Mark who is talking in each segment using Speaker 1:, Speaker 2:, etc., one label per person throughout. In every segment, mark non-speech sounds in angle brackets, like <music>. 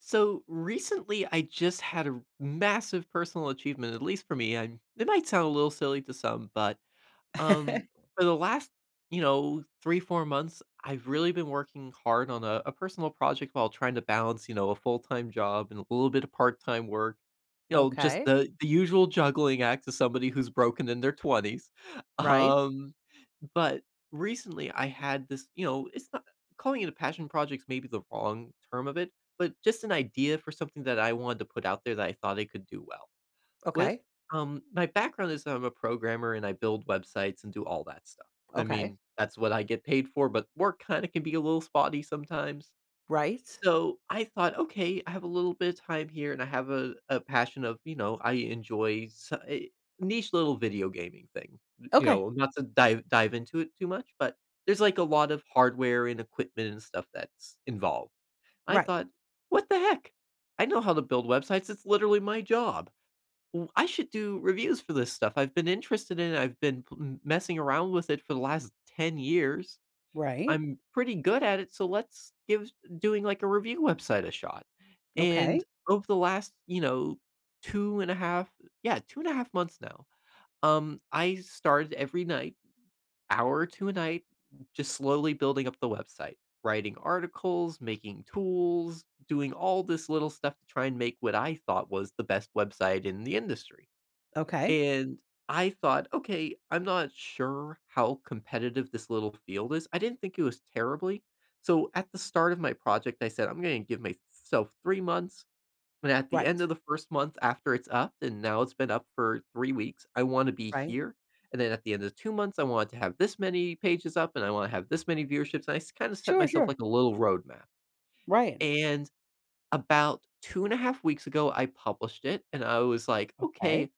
Speaker 1: So recently, I just had a massive personal achievement, at least for me. I it might sound a little silly to some, but um,
Speaker 2: <laughs>
Speaker 1: for the last, 3, 4 months, I've really been working hard on a personal project while trying to balance, a full-time job and a little bit of part-time work. You know, just
Speaker 2: Okay.
Speaker 1: the the usual juggling act of somebody who's broken in their 20s.
Speaker 2: Right.
Speaker 1: Um, but recently I had this, it's not calling it a passion project's maybe the wrong term of it, but just an idea for something that I wanted to put out there that I thought I could do well. With,
Speaker 2: Okay.
Speaker 1: my background is I'm a programmer and I build websites and do all that stuff. I
Speaker 2: Okay.
Speaker 1: mean, that's what I get paid for, but work kinda can be a little spotty sometimes.
Speaker 2: Right.
Speaker 1: So, I thought, "Okay, I have a little bit of time here and I have a passion of, I enjoy s a niche little video gaming thing." You
Speaker 2: Okay.
Speaker 1: know, not to dive into it too much, but there's, like, a lot of hardware and equipment and stuff that's involved. I
Speaker 2: Right.
Speaker 1: thought, "What the heck? I know how to build websites, it's literally my job. I should do reviews for this stuff. I've been interested in it. I've been pl m messing around with it for the last 10 years.
Speaker 2: Right.
Speaker 1: I'm pretty good at it, so let's give doing, like, a review website a shot."
Speaker 2: Okay.
Speaker 1: And over the last, 2 and a half, yeah, 2.5 months now, I started every night, hour or 2 a night, just slowly building up the website, writing articles, making tools, doing all this little stuff to try and make what I thought was the best website in the industry.
Speaker 2: Okay.
Speaker 1: And I thought, "Okay, I'm not sure how competitive this little field is." I didn't think it was terribly. So at the start of my project, I said, "I'm gonna give myself 3 months." And at the
Speaker 2: Right.
Speaker 1: end of the 1st month after it's up, and now it's been up for 3 weeks, I wanna be
Speaker 2: Right.
Speaker 1: here. And then at the end of 2 months, I want to have this many pages up, and I wanna have this many viewerships. And I s kinda set
Speaker 2: Sure.
Speaker 1: myself
Speaker 2: Sure.
Speaker 1: like a little roadmap.
Speaker 2: Right.
Speaker 1: And about 2.5 weeks ago, I published it, and I was like,
Speaker 2: Okay.
Speaker 1: "Okay,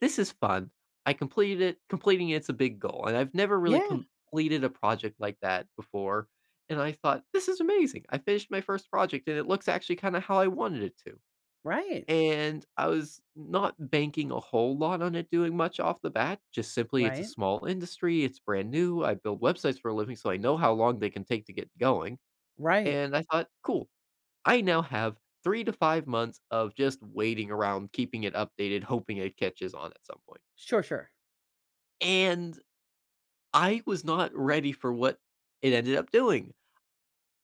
Speaker 1: this is fun. I completed it. Completing it's a big goal, and I've never really
Speaker 2: Yeah.
Speaker 1: completed a project like that before." And I thought, this is amazing. I finished my first project, and it looks actually kind of how I wanted it to.
Speaker 2: Right.
Speaker 1: And I was not banking a whole lot on it doing much off the bat. Just simply, it's a
Speaker 2: Right.
Speaker 1: small industry. It's brand new. I build websites for a living, so I know how long they can take to get going.
Speaker 2: Right.
Speaker 1: And I thought, cool. I now have 3 to 5 months of just waiting around, keeping it updated, hoping it catches on at some point.
Speaker 2: Sure. Sure.
Speaker 1: And I was not ready for what it ended up doing.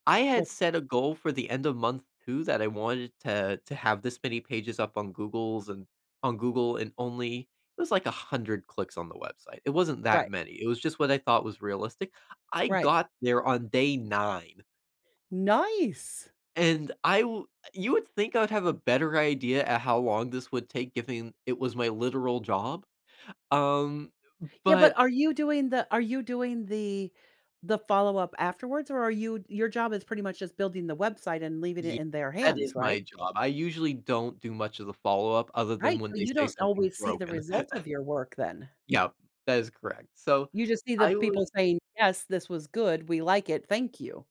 Speaker 1: I had
Speaker 2: Well.
Speaker 1: set a goal for the end of month 2 that I wanted to have this many pages up on Google's and on Google, and only it was like 100 clicks on the website. It wasn't that
Speaker 2: Right.
Speaker 1: many. It was just what I thought was realistic. I
Speaker 2: Right.
Speaker 1: got there on day 9,
Speaker 2: Nice.
Speaker 1: and I w you would think I would have a better idea at how long this would take given it was my literal job. Um,
Speaker 2: Yeah. But
Speaker 1: but
Speaker 2: are you doing the? The follow up afterwards, or are you your job is pretty much just building the website and leaving it
Speaker 1: Yeah,
Speaker 2: in their
Speaker 1: that is
Speaker 2: hands, right?
Speaker 1: my job. I usually don't do much of the follow-up other than
Speaker 2: Right,
Speaker 1: when
Speaker 2: so
Speaker 1: they
Speaker 2: you
Speaker 1: say
Speaker 2: don't
Speaker 1: something's
Speaker 2: always see the
Speaker 1: broken.
Speaker 2: result of your work then.
Speaker 1: Yeah, that is correct. So,
Speaker 2: You just see the
Speaker 1: I
Speaker 2: people
Speaker 1: was
Speaker 2: saying, "Yes, this was good. We like it. Thank you."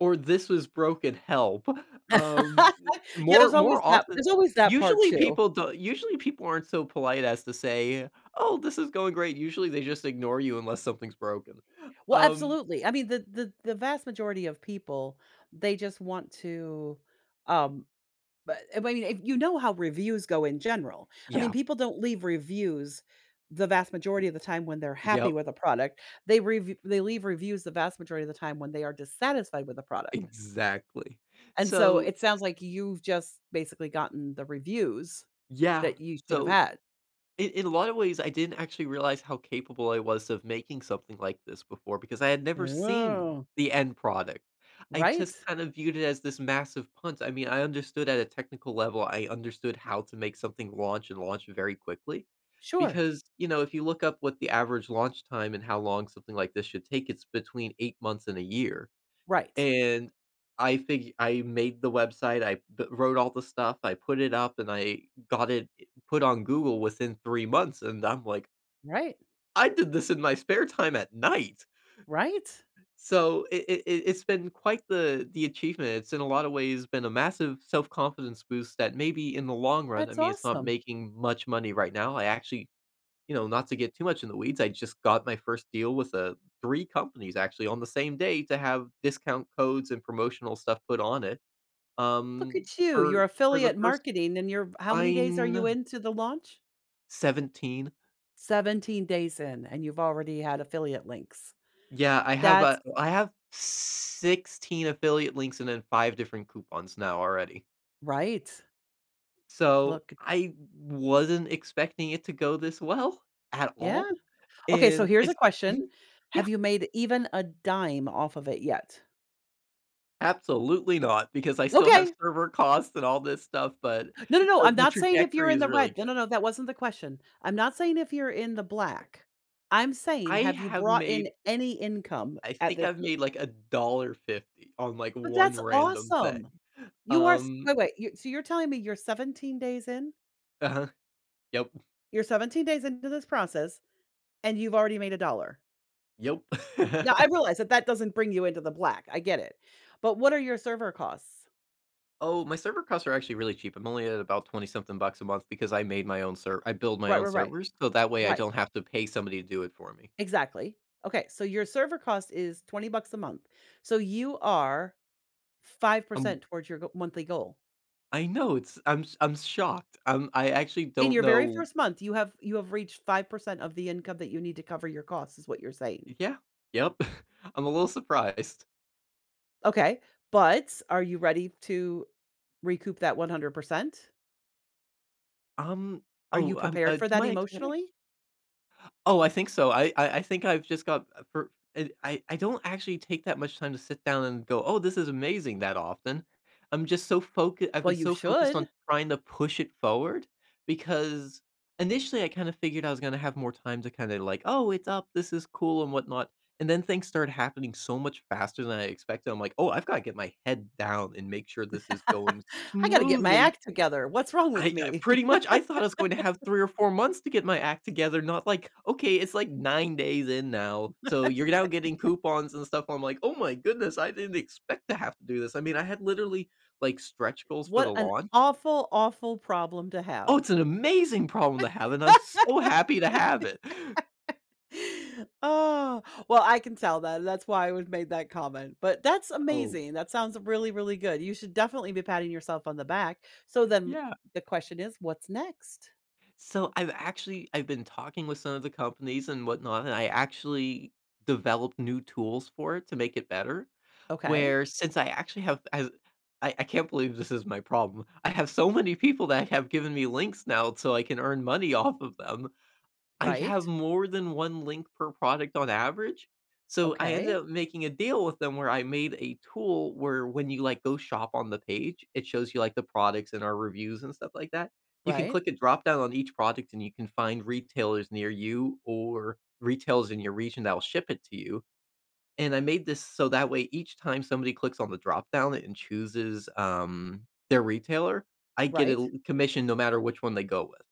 Speaker 1: or this was broken, help. Um,
Speaker 2: <laughs> Yeah,
Speaker 1: more
Speaker 2: there's always
Speaker 1: more
Speaker 2: that,
Speaker 1: often,
Speaker 2: part too.
Speaker 1: usually people aren't so polite as to say, "Oh, this is going great." Usually they just ignore you unless something's broken.
Speaker 2: Well,
Speaker 1: Um,
Speaker 2: absolutely. I mean, the vast majority of people, they just want to, um, but I mean, if you know how reviews go in general. I mean,
Speaker 1: yeah.
Speaker 2: people don't leave reviews the vast
Speaker 1: Y
Speaker 2: majority of the time when they're happy
Speaker 1: yep,
Speaker 2: with a product. They leave reviews the vast majority of the time when they are dissatisfied with a product.
Speaker 1: exactly.
Speaker 2: And so
Speaker 1: So,
Speaker 2: it sounds like you've just basically gotten the reviews
Speaker 1: yeah.
Speaker 2: that you should have
Speaker 1: So
Speaker 2: had.
Speaker 1: in a lot of ways, I didn't actually realize how capable I was of making something like this before because I had never seen
Speaker 2: Oh.
Speaker 1: the end product. I
Speaker 2: Right?
Speaker 1: just kind of viewed it as this massive punt. I mean, I understood at a technical level, I understood how to make something launch and launch very quickly
Speaker 2: Sure.
Speaker 1: because, if you look up what the average launch time and how long something like this should take, it's between 8 months and a year.
Speaker 2: Right.
Speaker 1: And I made the website, I b wrote all the stuff, I put it up, and I got it put on Google within 3 months, and I'm like,
Speaker 2: Right.
Speaker 1: "I did this in my spare time at night."
Speaker 2: Right?
Speaker 1: So it's been quite the achievement. It's in a lot of ways been a massive self-confidence boost that maybe in the long run, I
Speaker 2: That's
Speaker 1: mean, it's not
Speaker 2: awesome.
Speaker 1: making much money right now. I actually, not to get too much in the weeds, I just got my first deal with, 3 companies actually on the same day to have discount codes and promotional stuff put on it.
Speaker 2: Look
Speaker 1: Um,
Speaker 2: at you. You're
Speaker 1: for the
Speaker 2: affiliate
Speaker 1: first,
Speaker 2: marketing, and you're how many
Speaker 1: I
Speaker 2: days are you
Speaker 1: know,
Speaker 2: into the launch?
Speaker 1: 17.
Speaker 2: 17 days in and you've already had affiliate links.
Speaker 1: Yeah,
Speaker 2: That's
Speaker 1: I have 16 affiliate links and then 5 different coupons now already.
Speaker 2: right.
Speaker 1: So,
Speaker 2: Look
Speaker 1: I wasn't expecting it to go this well at
Speaker 2: yeah.
Speaker 1: all,
Speaker 2: Okay, so
Speaker 1: and
Speaker 2: here's
Speaker 1: it's.
Speaker 2: a question.
Speaker 1: Mhm. Yeah,
Speaker 2: Have you made even a dime off of it yet?
Speaker 1: absolutely not, because I still have
Speaker 2: Okay.
Speaker 1: server costs and all this stuff, but
Speaker 2: No, no, no,
Speaker 1: the
Speaker 2: I'm
Speaker 1: the
Speaker 2: not saying if you're
Speaker 1: trajectory
Speaker 2: in
Speaker 1: is
Speaker 2: the
Speaker 1: really
Speaker 2: red. No, no,
Speaker 1: good.
Speaker 2: no, that wasn't the question. I'm not saying if you're in the black. I'm saying,
Speaker 1: I
Speaker 2: have you
Speaker 1: have
Speaker 2: brought in
Speaker 1: made
Speaker 2: any income
Speaker 1: I
Speaker 2: at
Speaker 1: think
Speaker 2: this?
Speaker 1: I've made like a dollar fifty on like
Speaker 2: <laughs> But
Speaker 1: one
Speaker 2: that's
Speaker 1: random thing.
Speaker 2: awesome. You are s
Speaker 1: Um,
Speaker 2: Wait, wait, you so you're telling me you're 17 days in?
Speaker 1: uh-huh, yep,
Speaker 2: You're 17 days into this process, and you've already made a dollar.
Speaker 1: yep.
Speaker 2: Now, I
Speaker 1: <laughs>
Speaker 2: realize that that doesn't bring you into the black, I get it, but what are your server costs?
Speaker 1: Oh, my server costs are actually really cheap. I'm only at about 20 something bucks a month because I made my own server. I build my
Speaker 2: Right,
Speaker 1: own
Speaker 2: right, right,
Speaker 1: servers, so that way I
Speaker 2: right,
Speaker 1: don't have to pay somebody to do it for me.
Speaker 2: exactly. Okay, so your server cost is 20 bucks a month. So you are
Speaker 1: Um,
Speaker 2: 5% towards your go monthly goal.
Speaker 1: I know it's I'm shocked. I actually
Speaker 2: In
Speaker 1: don't
Speaker 2: your very
Speaker 1: know.
Speaker 2: first month, you have reached 5% of the income that you need to cover your costs, is what you're saying.
Speaker 1: Yeah, yep. <laughs> I'm a little surprised.
Speaker 2: Okay, but are you ready to recoup that 100%?
Speaker 1: Um,
Speaker 2: Are you
Speaker 1: oh,
Speaker 2: prepared
Speaker 1: do
Speaker 2: for
Speaker 1: you
Speaker 2: that
Speaker 1: mind expanding?
Speaker 2: emotionally?
Speaker 1: Oh, I think so. I think I've just got, for it. I don't actually take that much time to sit down and go, "Oh, this is amazing," that often. I'm just so focused. I've
Speaker 2: Well,
Speaker 1: been
Speaker 2: you
Speaker 1: so focused on
Speaker 2: should.
Speaker 1: trying to push it forward because initially I kinda figured I was gonna have more time to kinda like, "Oh, it's up, this is cool," and whatnot, and then things started happening so much faster than I expected. I'm like, "Oh, I've gotta get my head down and make sure this is going
Speaker 2: <laughs> I gotta get my
Speaker 1: smoothly."
Speaker 2: act together. What's wrong with
Speaker 1: I
Speaker 2: me?
Speaker 1: pretty
Speaker 2: <laughs>
Speaker 1: much, I thought I was going to have 3 or 4 months to get my act together, not like, "Okay, it's like 9 days in now, so you're now getting coupons and stuff." I'm like, "Oh my goodness, I didn't expect to have to do this." I mean, I had literally, like, stretch goals for
Speaker 2: What
Speaker 1: the
Speaker 2: an
Speaker 1: launch.
Speaker 2: awful, awful problem to
Speaker 1: Oh, it's
Speaker 2: have.
Speaker 1: an amazing problem to have, and I'm so happy to have it.
Speaker 2: Oh, well, I can tell that. That's why I was made that comment. But that's
Speaker 1: Oh,
Speaker 2: amazing. That sounds really, really good. You should definitely be patting yourself on the back. So then
Speaker 1: yeah.
Speaker 2: the question is, what's next?
Speaker 1: So I've been talking with some of the companies and whatnot, and I actually developed new tools for it to make it better.
Speaker 2: Okay.
Speaker 1: Where since I actually have as I can't believe this is my problem. I have so many people that have given me links now so I can earn money off of them. I have
Speaker 2: Right.
Speaker 1: more than 1 link per product on average. So I ended
Speaker 2: Okay.
Speaker 1: up making a deal with them where I made a tool where when you, like, go shop on the page, it shows you, like, the products and our reviews and stuff like that. You can
Speaker 2: Right.
Speaker 1: click a drop down on each product and you can find retailers near you or retailers in your region that will ship it to you. And I made this so that way each time somebody clicks on the drop down and chooses, their retailer, I get a
Speaker 2: Right.
Speaker 1: l commission no matter which one they go with.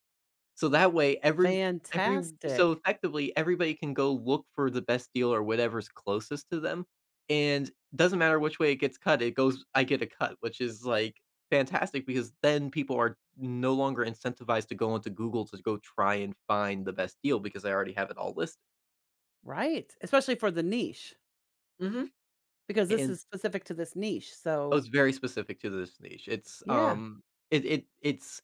Speaker 1: So that way, every so
Speaker 2: Fantastic.
Speaker 1: effectively, everybody can go look for the best deal or whatever's closest to them, and doesn't matter which way it gets cut, it goes I get a cut, which is, like, fantastic because then people are no longer incentivized to go into Google to go try and find the best deal because I already have it all listed.
Speaker 2: Right. Especially for the niche,
Speaker 1: Mhm.
Speaker 2: because this
Speaker 1: And
Speaker 2: is specific to this niche.
Speaker 1: oh,
Speaker 2: So
Speaker 1: it's very specific to this niche. It's,
Speaker 2: yeah.
Speaker 1: it's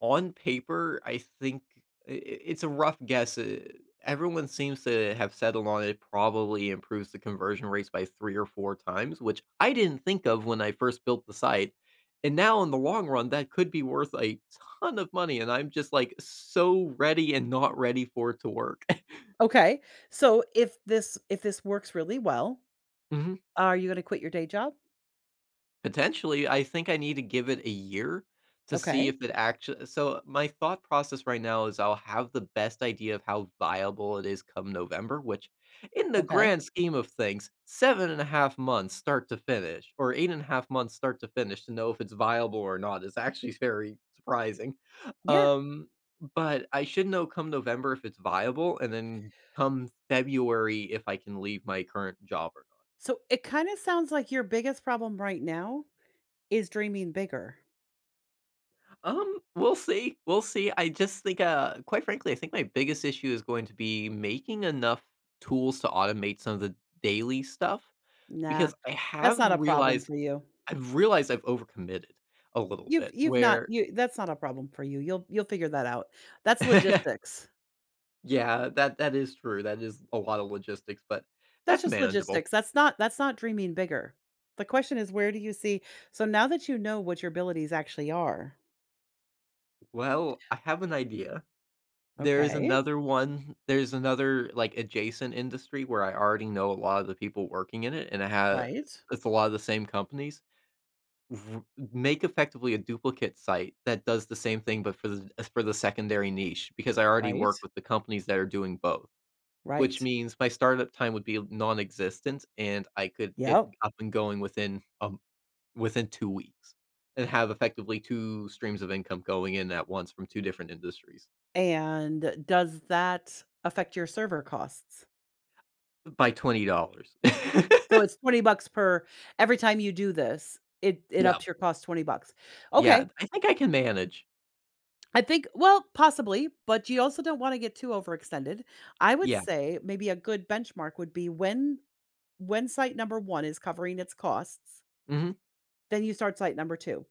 Speaker 1: on paper, I think I it's a rough guess, everyone seems to have settled on it probably improves the conversion rates by 3 or 4 times, which I didn't think of when I first built the site, and now in the long run, that could be worth a ton of money, and I'm just, like, so ready and not ready for it to work. <laughs>
Speaker 2: Okay. So if this works really well,
Speaker 1: Mhm.
Speaker 2: are you going to quit your day job?
Speaker 1: Potentially, I think I need to give it a year to see
Speaker 2: Okay.
Speaker 1: if it actually. So my thought process right now is I'll have the best idea of how viable it is come November, which in the
Speaker 2: Okay.
Speaker 1: grand scheme of things, 7.5 months start to finish, or 8.5 months start to finish to know if it's viable or not is actually <laughs> very surprising.
Speaker 2: Yeah.
Speaker 1: Um, but I should know come November if it's viable, and then come February if I can leave my current job or.
Speaker 2: So it kind of sounds like your biggest problem right now is dreaming bigger.
Speaker 1: We'll see. We'll see. I just think, quite frankly, I think my biggest issue is going to be making enough tools to automate some of the daily stuff
Speaker 2: Nah,
Speaker 1: because
Speaker 2: that's not a problem for you.
Speaker 1: I've realized I've overcommitted a little bit
Speaker 2: You've not
Speaker 1: where
Speaker 2: you that's not a problem for you. You'll figure that out. That's
Speaker 1: <laughs>
Speaker 2: logistics.
Speaker 1: yeah, that is true. That is a lot of logistics, but
Speaker 2: That's
Speaker 1: that's
Speaker 2: just
Speaker 1: manageable.
Speaker 2: logistics. That's not dreaming bigger. The question is, where do you see so now that you know what your abilities actually are.
Speaker 1: Well, I have an idea. There is
Speaker 2: Okay.
Speaker 1: another one. There's another like adjacent industry where I already know a lot of the people working in it, and I have,
Speaker 2: Right.
Speaker 1: it's a lot of the same companies, R make effectively a duplicate site that does the same thing, but for the as for the secondary niche, because I already
Speaker 2: Right.
Speaker 1: work with the companies that are doing both, which
Speaker 2: Right.
Speaker 1: means my startup time would be non-existent, and I could get
Speaker 2: Yep.
Speaker 1: up and going within, within 2 weeks, and have effectively 2 streams of income going in at once from 2 different industries
Speaker 2: And does that affect your server costs?
Speaker 1: by $20. <laughs>
Speaker 2: So it's 20 bucks per every time you do this, it
Speaker 1: Yeah,
Speaker 2: ups your cost 20 bucks. Okay.
Speaker 1: yeah, I think I can manage.
Speaker 2: I think, well, possibly, but you also don't wanna get too overextended. I would
Speaker 1: Yeah,
Speaker 2: say maybe a good benchmark would be when site number 1 is covering its costs,
Speaker 1: mhm.
Speaker 2: then you start site number 2.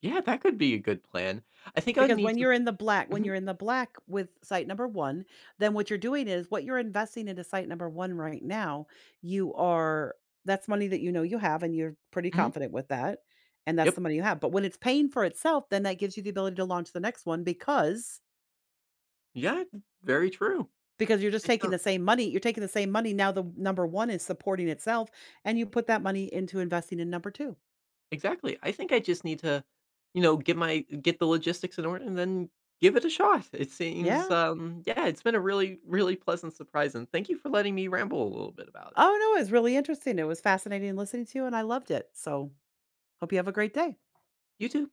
Speaker 1: Yeah, that could be a good plan. I think I would
Speaker 2: Because
Speaker 1: need to.
Speaker 2: when
Speaker 1: Mhm,
Speaker 2: you're in the black with site number 1, then what you're doing is what you're investing into site number 1 right now, you are that's money that you know you have and you're pretty
Speaker 1: mhm,
Speaker 2: confident with that, and that's the
Speaker 1: yep.
Speaker 2: money you have. But when it's paying for itself, then that gives you the ability to launch the next one, because
Speaker 1: Yeah, very true.
Speaker 2: because
Speaker 1: Excel
Speaker 2: you're taking the same money now the number 1 is supporting itself, and you put that money into investing in number 2.
Speaker 1: Exactly. I think I just need to, get the logistics in order and then give it a shot. It seems,
Speaker 2: Yeah.
Speaker 1: yeah, it's been a really, really pleasant surprise, and thank you for letting me ramble a little bit about it.
Speaker 2: Oh, no, it was really interesting. It was fascinating listening to you, and I loved it. So, hope you have a great day.
Speaker 1: You too.